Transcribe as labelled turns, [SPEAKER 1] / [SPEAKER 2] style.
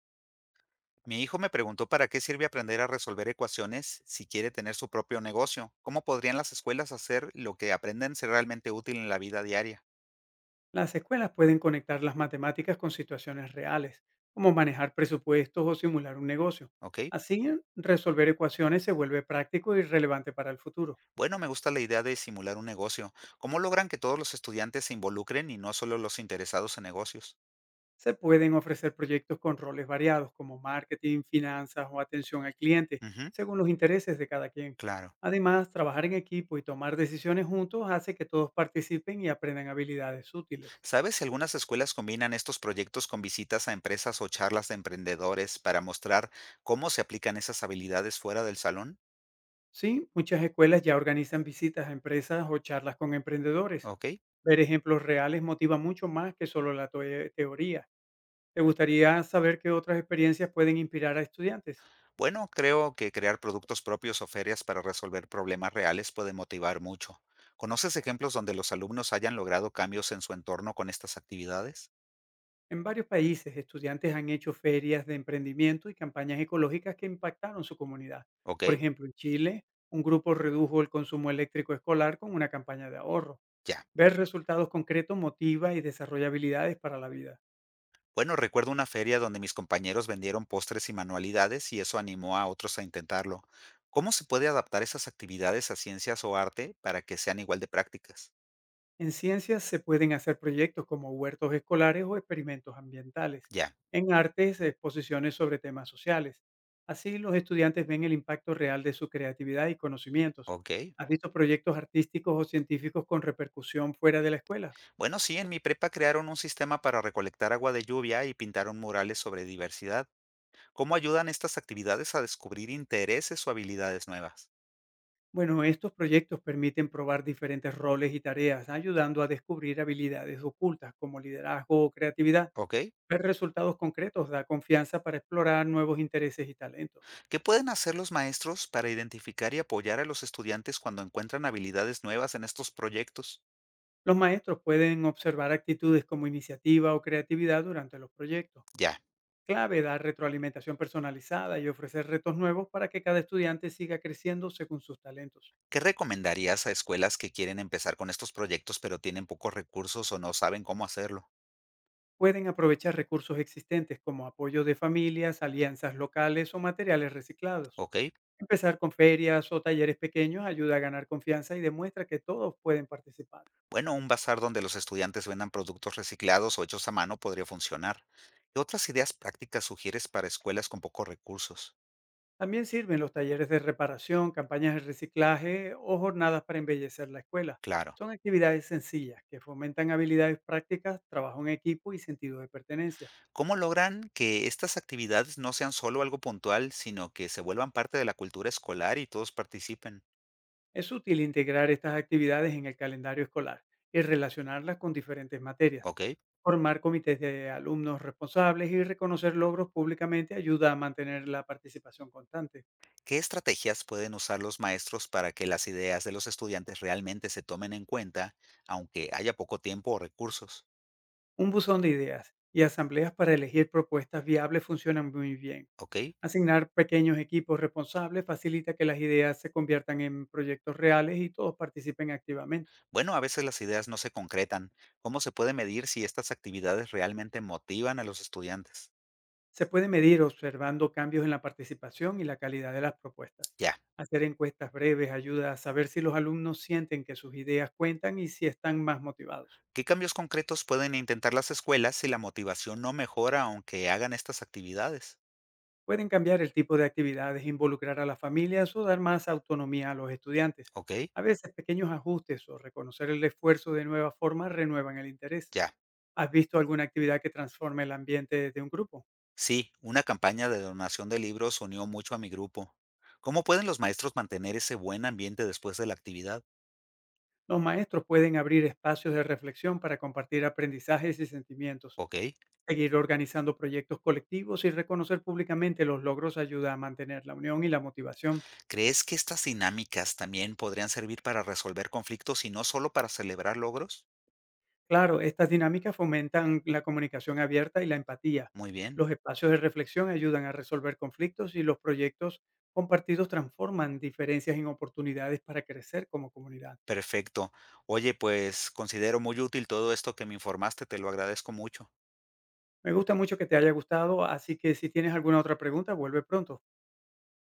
[SPEAKER 1] Mi hijo me preguntó para qué sirve aprender a resolver ecuaciones si quiere tener su propio negocio. ¿Cómo podrían las escuelas hacer lo que aprenden ser realmente útil en la vida diaria?
[SPEAKER 2] Las escuelas pueden conectar las matemáticas con situaciones reales, como manejar presupuestos o simular un negocio.
[SPEAKER 1] ¿Ok?
[SPEAKER 2] Así, resolver ecuaciones se vuelve práctico y relevante para el futuro.
[SPEAKER 1] Bueno, me gusta la idea de simular un negocio. ¿Cómo logran que todos los estudiantes se involucren y no solo los interesados en negocios?
[SPEAKER 2] Se pueden ofrecer proyectos con roles variados, como marketing, finanzas o atención al cliente,
[SPEAKER 1] Ujú,
[SPEAKER 2] según los intereses de cada quien.
[SPEAKER 1] claro.
[SPEAKER 2] Además, trabajar en equipo y tomar decisiones juntos hace que todos participen y aprendan habilidades útiles.
[SPEAKER 1] ¿Sabes si algunas escuelas combinan estos proyectos con visitas a empresas o charlas de emprendedores para mostrar cómo se aplican esas habilidades fuera del salón?
[SPEAKER 2] Sí, muchas escuelas ya organizan visitas a empresas o charlas con emprendedores.
[SPEAKER 1] ¿Ok?
[SPEAKER 2] Ver ejemplos reales motiva mucho más que solo la teoría. ¿Te gustaría saber qué otras experiencias pueden inspirar a estudiantes?
[SPEAKER 1] Bueno, creo que crear productos propios o ferias para resolver problemas reales puede motivar mucho. ¿Conoces ejemplos donde los alumnos hayan logrado cambios en su entorno con estas actividades?
[SPEAKER 2] En varios países, estudiantes han hecho ferias de emprendimiento y campañas ecológicas que impactaron su comunidad.
[SPEAKER 1] Ok,
[SPEAKER 2] Por ejemplo, en Chile, un grupo redujo el consumo eléctrico escolar con una campaña de ahorro.
[SPEAKER 1] ya.
[SPEAKER 2] Ver resultados concretos motiva y desarrolla habilidades para la vida.
[SPEAKER 1] Bueno, recuerdo una feria donde mis compañeros vendieron postres y manualidades y eso animó a otros a intentarlo. ¿Cómo se puede adaptar esas actividades a ciencias o arte para que sean igual de prácticas?
[SPEAKER 2] En ciencias se pueden hacer proyectos como huertos escolares o experimentos ambientales.
[SPEAKER 1] Ya,
[SPEAKER 2] En artes, exposiciones sobre temas sociales. Así los estudiantes ven el impacto real de su creatividad y conocimientos.
[SPEAKER 1] ok.
[SPEAKER 2] ¿Has visto proyectos artísticos o científicos con repercusión fuera de la escuela?
[SPEAKER 1] Bueno, sí, en mi prepa crearon un sistema para recolectar agua de lluvia y pintaron murales sobre diversidad. ¿Cómo ayudan estas actividades a descubrir intereses o habilidades nuevas?
[SPEAKER 2] Bueno, estos proyectos permiten probar diferentes roles y tareas, ayudando a descubrir habilidades ocultas como liderazgo o creatividad.
[SPEAKER 1] ¿Ok?
[SPEAKER 2] Ver resultados concretos da confianza para explorar nuevos intereses y talentos.
[SPEAKER 1] ¿Qué pueden hacer los maestros para identificar y apoyar a los estudiantes cuando encuentran habilidades nuevas en estos proyectos?
[SPEAKER 2] Los maestros pueden observar actitudes como iniciativa o creatividad durante los proyectos.
[SPEAKER 1] Ya.
[SPEAKER 2] Clave dar retroalimentación personalizada y ofrecer retos nuevos para que cada estudiante siga creciendo según sus talentos.
[SPEAKER 1] ¿Qué recomendarías a escuelas que quieren empezar con estos proyectos pero tienen pocos recursos o no saben cómo hacerlo?
[SPEAKER 2] Pueden aprovechar recursos existentes como apoyo de familias, alianzas locales o materiales reciclados.
[SPEAKER 1] ¿Ok?
[SPEAKER 2] Empezar con ferias o talleres pequeños ayuda a ganar confianza y demuestra que todos pueden participar.
[SPEAKER 1] Bueno, un bazar donde los estudiantes vendan productos reciclados o hechos a mano podría funcionar. ¿Qué otras ideas prácticas sugieres para escuelas con pocos recursos?
[SPEAKER 2] También sirven los talleres de reparación, campañas de reciclaje o jornadas para embellecer la escuela.
[SPEAKER 1] Claro.
[SPEAKER 2] Son actividades sencillas que fomentan habilidades prácticas, trabajo en equipo y sentido de pertenencia.
[SPEAKER 1] ¿Cómo logran que estas actividades no sean solo algo puntual, sino que se vuelvan parte de la cultura escolar y todos participen?
[SPEAKER 2] Es útil integrar estas actividades en el calendario escolar y relacionarlas con diferentes materias.
[SPEAKER 1] ¿Ok?
[SPEAKER 2] Formar comités de alumnos responsables y reconocer logros públicamente ayuda a mantener la participación constante.
[SPEAKER 1] ¿Qué estrategias pueden usar los maestros para que las ideas de los estudiantes realmente se tomen en cuenta, aunque haya poco tiempo o recursos?
[SPEAKER 2] Un buzón de ideas y asambleas para elegir propuestas viables funcionan muy bien.
[SPEAKER 1] ¿Ok?
[SPEAKER 2] Asignar pequeños equipos responsables facilita que las ideas se conviertan en proyectos reales y todos participen activamente.
[SPEAKER 1] Bueno, a veces las ideas no se concretan. ¿Cómo se puede medir si estas actividades realmente motivan a los estudiantes?
[SPEAKER 2] Se puede medir observando cambios en la participación y la calidad de las propuestas.
[SPEAKER 1] Ya.
[SPEAKER 2] Hacer encuestas breves ayuda a saber si los alumnos sienten que sus ideas cuentan y si están más motivados.
[SPEAKER 1] ¿Qué cambios concretos pueden intentar las escuelas si la motivación no mejora aunque hagan estas actividades?
[SPEAKER 2] Pueden cambiar el tipo de actividades, involucrar a las familias o dar más autonomía a los estudiantes.
[SPEAKER 1] ¿Ok?
[SPEAKER 2] A veces pequeños ajustes o reconocer el esfuerzo de nueva forma renuevan el interés.
[SPEAKER 1] Ya.
[SPEAKER 2] ¿Has visto alguna actividad que transforme el ambiente de un grupo?
[SPEAKER 1] Sí, una campaña de donación de libros unió mucho a mi grupo. ¿Cómo pueden los maestros mantener ese buen ambiente después de la actividad?
[SPEAKER 2] Los maestros pueden abrir espacios de reflexión para compartir aprendizajes y sentimientos,
[SPEAKER 1] ¿Ok?
[SPEAKER 2] seguir organizando proyectos colectivos y reconocer públicamente los logros ayuda a mantener la unión y la motivación.
[SPEAKER 1] ¿Crees que estas dinámicas también podrían servir para resolver conflictos y no solo para celebrar logros?
[SPEAKER 2] Claro, estas dinámicas fomentan la comunicación abierta y la empatía.
[SPEAKER 1] Muy bien,
[SPEAKER 2] Los espacios de reflexión ayudan a resolver conflictos y los proyectos compartidos transforman diferencias en oportunidades para crecer como comunidad.
[SPEAKER 1] perfecto. Oye, pues considero muy útil todo esto que me informaste, te lo agradezco mucho.
[SPEAKER 2] Me gusta mucho que te haya gustado, así que si tienes alguna otra pregunta, vuelve pronto.